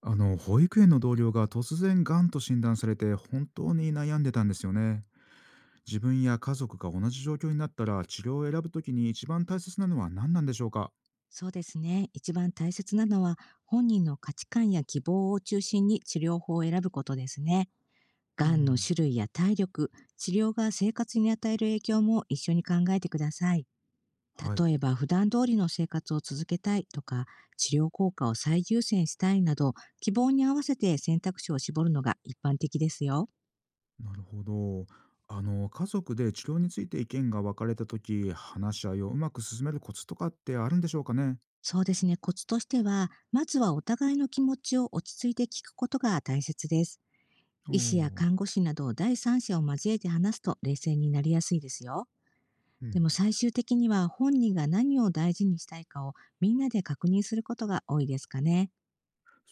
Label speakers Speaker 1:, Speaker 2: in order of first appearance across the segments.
Speaker 1: 保育園の同僚が突然がんと診断されて本当に悩んでたんですよね。自分や家族が同じ状況になったら治療を選ぶときに一番大切なのは何なんでしょうか？
Speaker 2: そうですね。一番大切なのは、本人の価値観や希望を中心に治療法を選ぶことですね。
Speaker 1: う
Speaker 2: がんの
Speaker 1: ん、
Speaker 2: 種類や体力、治療が生活に与える影響も一緒に考えてください。
Speaker 1: はい、
Speaker 2: 例えば、普段通りの生活を続けたいとか、治療効果を最優先したいなど、希望に合わせて選択肢を絞るのが一般的ですよ。
Speaker 1: なるほど。家族で治療について意見が分かれたとき、話し合いをうまく進めるコツとかってあるんでしょうかね？
Speaker 2: そうですね。コツとしては、まずはお互いの気持ちを落ち着いて聞くことが大切です。
Speaker 1: お
Speaker 2: 医師や看
Speaker 1: ー。
Speaker 2: 護師など第三者を交えて話すと冷静になりやすいですよ。
Speaker 1: う
Speaker 2: でも
Speaker 1: ん、
Speaker 2: 最終的には本人が何を大事にしたいかを、みんなで確認することが多いですかね。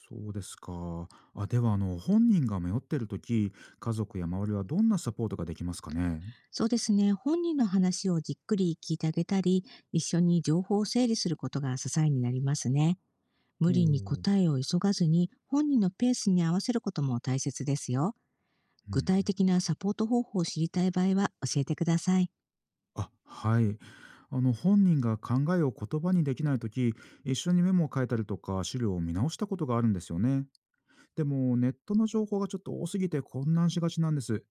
Speaker 1: そうですか。あ、では、本人が迷ってるとき、家族や周りはどんなサポートができますかね？
Speaker 2: そうですね。本人の話をじっくり聞いてあげたり、一緒に情報を整理することが支えになりますね。無
Speaker 1: お
Speaker 2: 理に
Speaker 1: ー。
Speaker 2: 答えを急がずに、本人のペースに合わせることも大切ですよ。
Speaker 1: う
Speaker 2: 具
Speaker 1: ん。
Speaker 2: 体的なサポート方法を知りたい場合は教えてください。
Speaker 1: あ、はい。本人が考えを言葉にできない時、一緒にメモを書いたりとか資料を見直したことがあるんですよね。でもネットの情報がちょっと多すぎて混乱しがちなんです。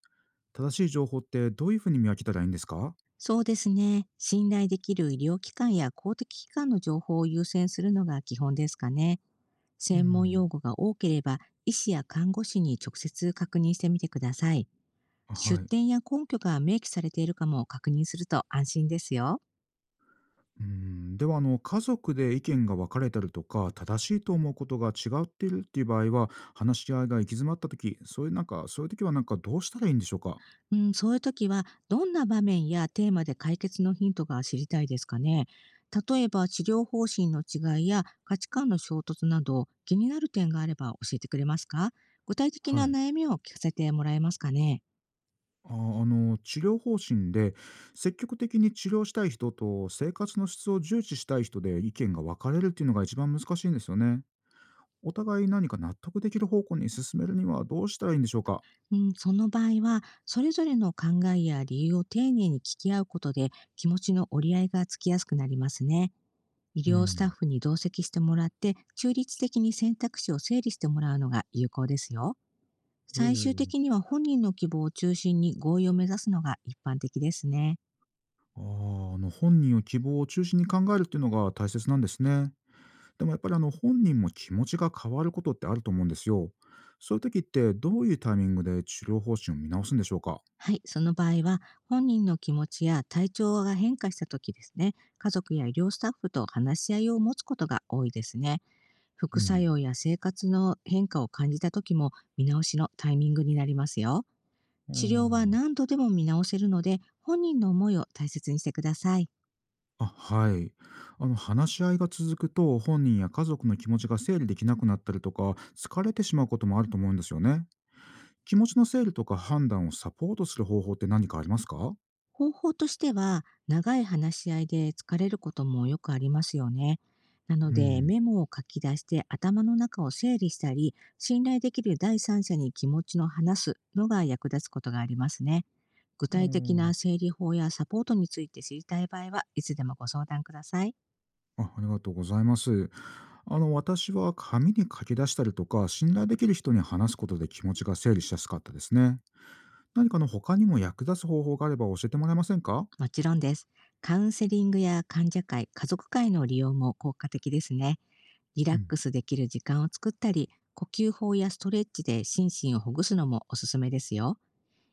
Speaker 1: 正しい情報ってどういうふうに見分けたらいいんですか？
Speaker 2: そうですね。信頼できる医療機関や公的機関の情報を優先するのが基本ですかね。
Speaker 1: う
Speaker 2: 専門
Speaker 1: ん、
Speaker 2: 用語が多ければ、医師や看護師に直接確認してみてください。出
Speaker 1: はい。
Speaker 2: 典や根拠が明記されているかも確認すると安心ですよ。
Speaker 1: うん。では、家族で意見が分かれたりとか、正しいと思うことが違っているっていう場合は、話し合いが行き詰まった時、そういうなんかそういう時は、どうしたらいいんでしょうか？
Speaker 2: うん、そういう時は、どんな場面やテーマで解決のヒントが知りたいですかね。例えば、治療方針の違いや価値観の衝突など、気になる点があれば教えてくれますか？具体的
Speaker 1: は
Speaker 2: な
Speaker 1: い。
Speaker 2: 悩みを聞かせてもらえますかね。
Speaker 1: 治療方針で積極的に治療したい人と生活の質を重視したい人で意見が分かれるっていうのが一番難しいんですよね。お互い何か納得できる方向に進めるにはどうしたらいいんでしょうか？
Speaker 2: うん、その場合は、それぞれの考えや理由を丁寧に聞き合うことで、気持ちの折り合いがつきやすくなりますね。医
Speaker 1: う
Speaker 2: 療スタッ
Speaker 1: ん。
Speaker 2: フに同席してもらって、中立的に選択肢を整理してもらうのが有効ですよ。
Speaker 1: お
Speaker 2: 最終
Speaker 1: お。
Speaker 2: 的には本人の希望を中心に合意を目指すのが一般的ですね。
Speaker 1: 本人を希望を中心に考えるっていうのが大切なんですね。でもやっぱり本人も気持ちが変わることってあると思うんですよ。そういう時ってどういうタイミングで治療方針を見直すんでしょうか？
Speaker 2: はい、その場合は、本人の気持ちや体調が変化した時ですね、家族や医療スタッフと話し合いを持つことが多いですね。
Speaker 1: う
Speaker 2: 副作
Speaker 1: ん。
Speaker 2: 用や生活の変化を感じた時も、見直しのタイミングになりますよ。
Speaker 1: あ
Speaker 2: 治療は何
Speaker 1: あ
Speaker 2: 度でも見直せるので、本人の思いを大切にしてください。
Speaker 1: はい。話し合いが続くと、本人や家族の気持ちが整理できなくなったりとか、疲れてしまうこともあると思うんですよね。気持ちの整理とか判断をサポートする方法って何かありますか？
Speaker 2: 方法としては、長い話し合いで疲れることもよくありますよね。なの
Speaker 1: う
Speaker 2: で、
Speaker 1: ん。
Speaker 2: メモを書き出して頭の中を整理したり、信頼できる第三者に気持ちの話すのが役立つことがありますね。具
Speaker 1: あ
Speaker 2: 体的な
Speaker 1: ー
Speaker 2: 整理法やサポートについて知りたい場合は、いつでもご相談ください。
Speaker 1: ありがとうございます。私は紙に書き出したりとか、信頼できる人に話すことで気持ちが整理しやすかったですね。何か他にも役立つ方法があれば教えてもらえませんか？
Speaker 2: もちろんです。カウンセリングや患者会、家族会の利用も効果的ですね。リラック
Speaker 1: う
Speaker 2: スできる時間を作ったり、呼吸法やストレッチで心身をほぐすのもおすすめですよ。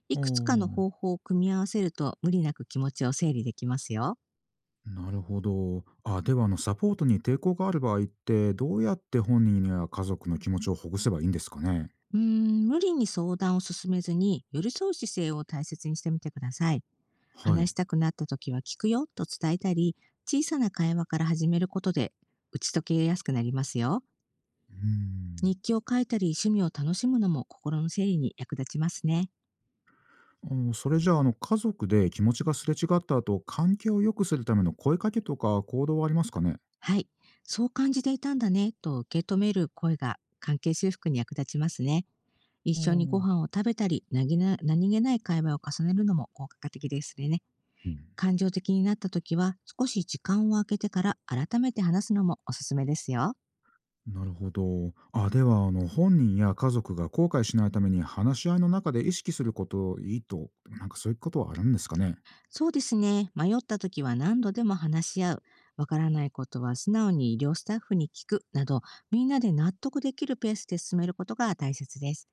Speaker 2: い
Speaker 1: ん。
Speaker 2: くつかの
Speaker 1: お
Speaker 2: 方
Speaker 1: あ。
Speaker 2: 法を組み合わせると、無理なく気持ちを整理できますよ。
Speaker 1: なるほど。あ、ではサポートに抵抗がある場合って、どうやって本人や家族の気持ちをほぐせばいいんですかね？
Speaker 2: うーん、無理に相談を進めずに、寄り添う姿勢を大切にしてみてください。
Speaker 1: はい。う
Speaker 2: 話したくなった時は聞くよと伝えたり、小さな会話から始めることで、打ち解けやすくなりますよ。
Speaker 1: ん。
Speaker 2: 日記を書いたり趣味を楽しむのも、心の整理に役立ちますね。
Speaker 1: それじゃあ、家族で気持ちがすれ違った後、関係を良くするための声かけとか行動はありますかね？
Speaker 2: はい。そう感じていたんだねと受け止める声が、関係修復に役立ちますね。一
Speaker 1: う
Speaker 2: 緒にご
Speaker 1: ん、
Speaker 2: 飯を食べたり、なぎな何気ない会話を重ねるのも効果的ですね。
Speaker 1: うん、
Speaker 2: 感情的になった時は、少し時間を空けてから改めて話すのもおすすめですよ。
Speaker 1: なるほど。あ、では本人や家族が後悔しないために話し合いの中で意識することいいと、なんかそういうことはあるんですかね？
Speaker 2: そうですね。迷った時は何度でも話し合う。わからないことは素直に医療スタッフに聞くなど、みんなで納得できるペースで進めることが大切です。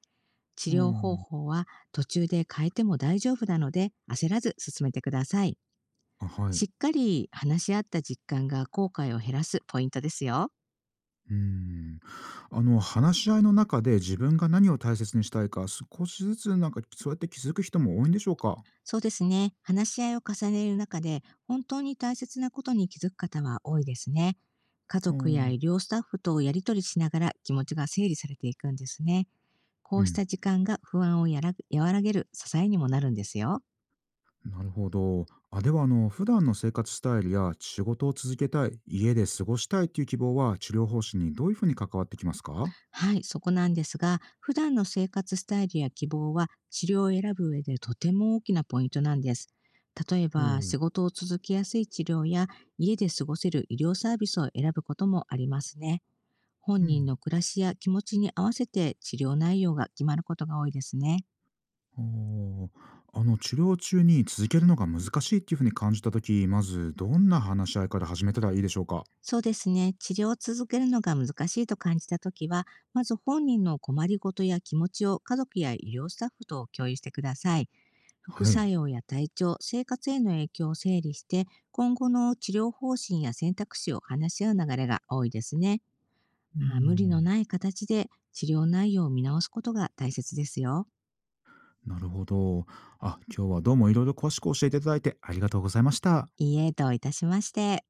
Speaker 2: 治
Speaker 1: う
Speaker 2: 療方
Speaker 1: ん。
Speaker 2: 法は途中で変えても大丈夫なので、焦らず進めてください。
Speaker 1: あ、はい。
Speaker 2: しっかり話し合った実感が、後悔を減らすポイントですよ。
Speaker 1: うーん。話し合いの中で自分が何を大切にしたいか、少しずつなんかそうやって気づく人も多いんでしょうか？
Speaker 2: そうですね。話し合いを重ねる中で、本当に大切なことに気づく方は多いですね。家族や
Speaker 1: う
Speaker 2: 医療スタッフとやり取りしながら、気持ちが整理されていくんですね。こ
Speaker 1: う
Speaker 2: うし
Speaker 1: ん、
Speaker 2: た時間が、不安をやら和らげる支えにもなるんですよ。
Speaker 1: なるほど。あ、では普段の生活スタイルや仕事を続けたい、家で過ごしたいっていう希望は、治療方針にどういうふうに関わってきますか？
Speaker 2: はい、そこなんですが、普段の生活スタイルや希望は、治療を選ぶ上でとても大きなポイントなんです。例え
Speaker 1: ほ
Speaker 2: ば、
Speaker 1: う。
Speaker 2: 仕事を続けやすい治療や、家で過ごせる医療サービスを選ぶこともありますね。本
Speaker 1: う
Speaker 2: 人
Speaker 1: ん。
Speaker 2: の暮らしや気持ちに合わせて、治療内容が決まることが多いですね。
Speaker 1: あー治療中に続けるのが難しいっていうふうに感じた時、まずどんな話し合いから始めたらいいでしょうか？
Speaker 2: そうですね。治療を続けるのが難しいと感じたときは、まず本人の困りごとや気持ちを家族や医療スタッフと共有してください。副
Speaker 1: は
Speaker 2: 作
Speaker 1: い。
Speaker 2: 用や体調、生活への影響を整理して、今後の治療方針や選択肢を話し合う流れが多いですね。
Speaker 1: うー
Speaker 2: まあ、無理の
Speaker 1: ん。
Speaker 2: ない形で治療内容を見直すことが大切ですよ。
Speaker 1: なるほど。あ、今日はどうもいろいろ詳しく教えていただいてありがとうございました。
Speaker 2: いいえ、どういたしまして。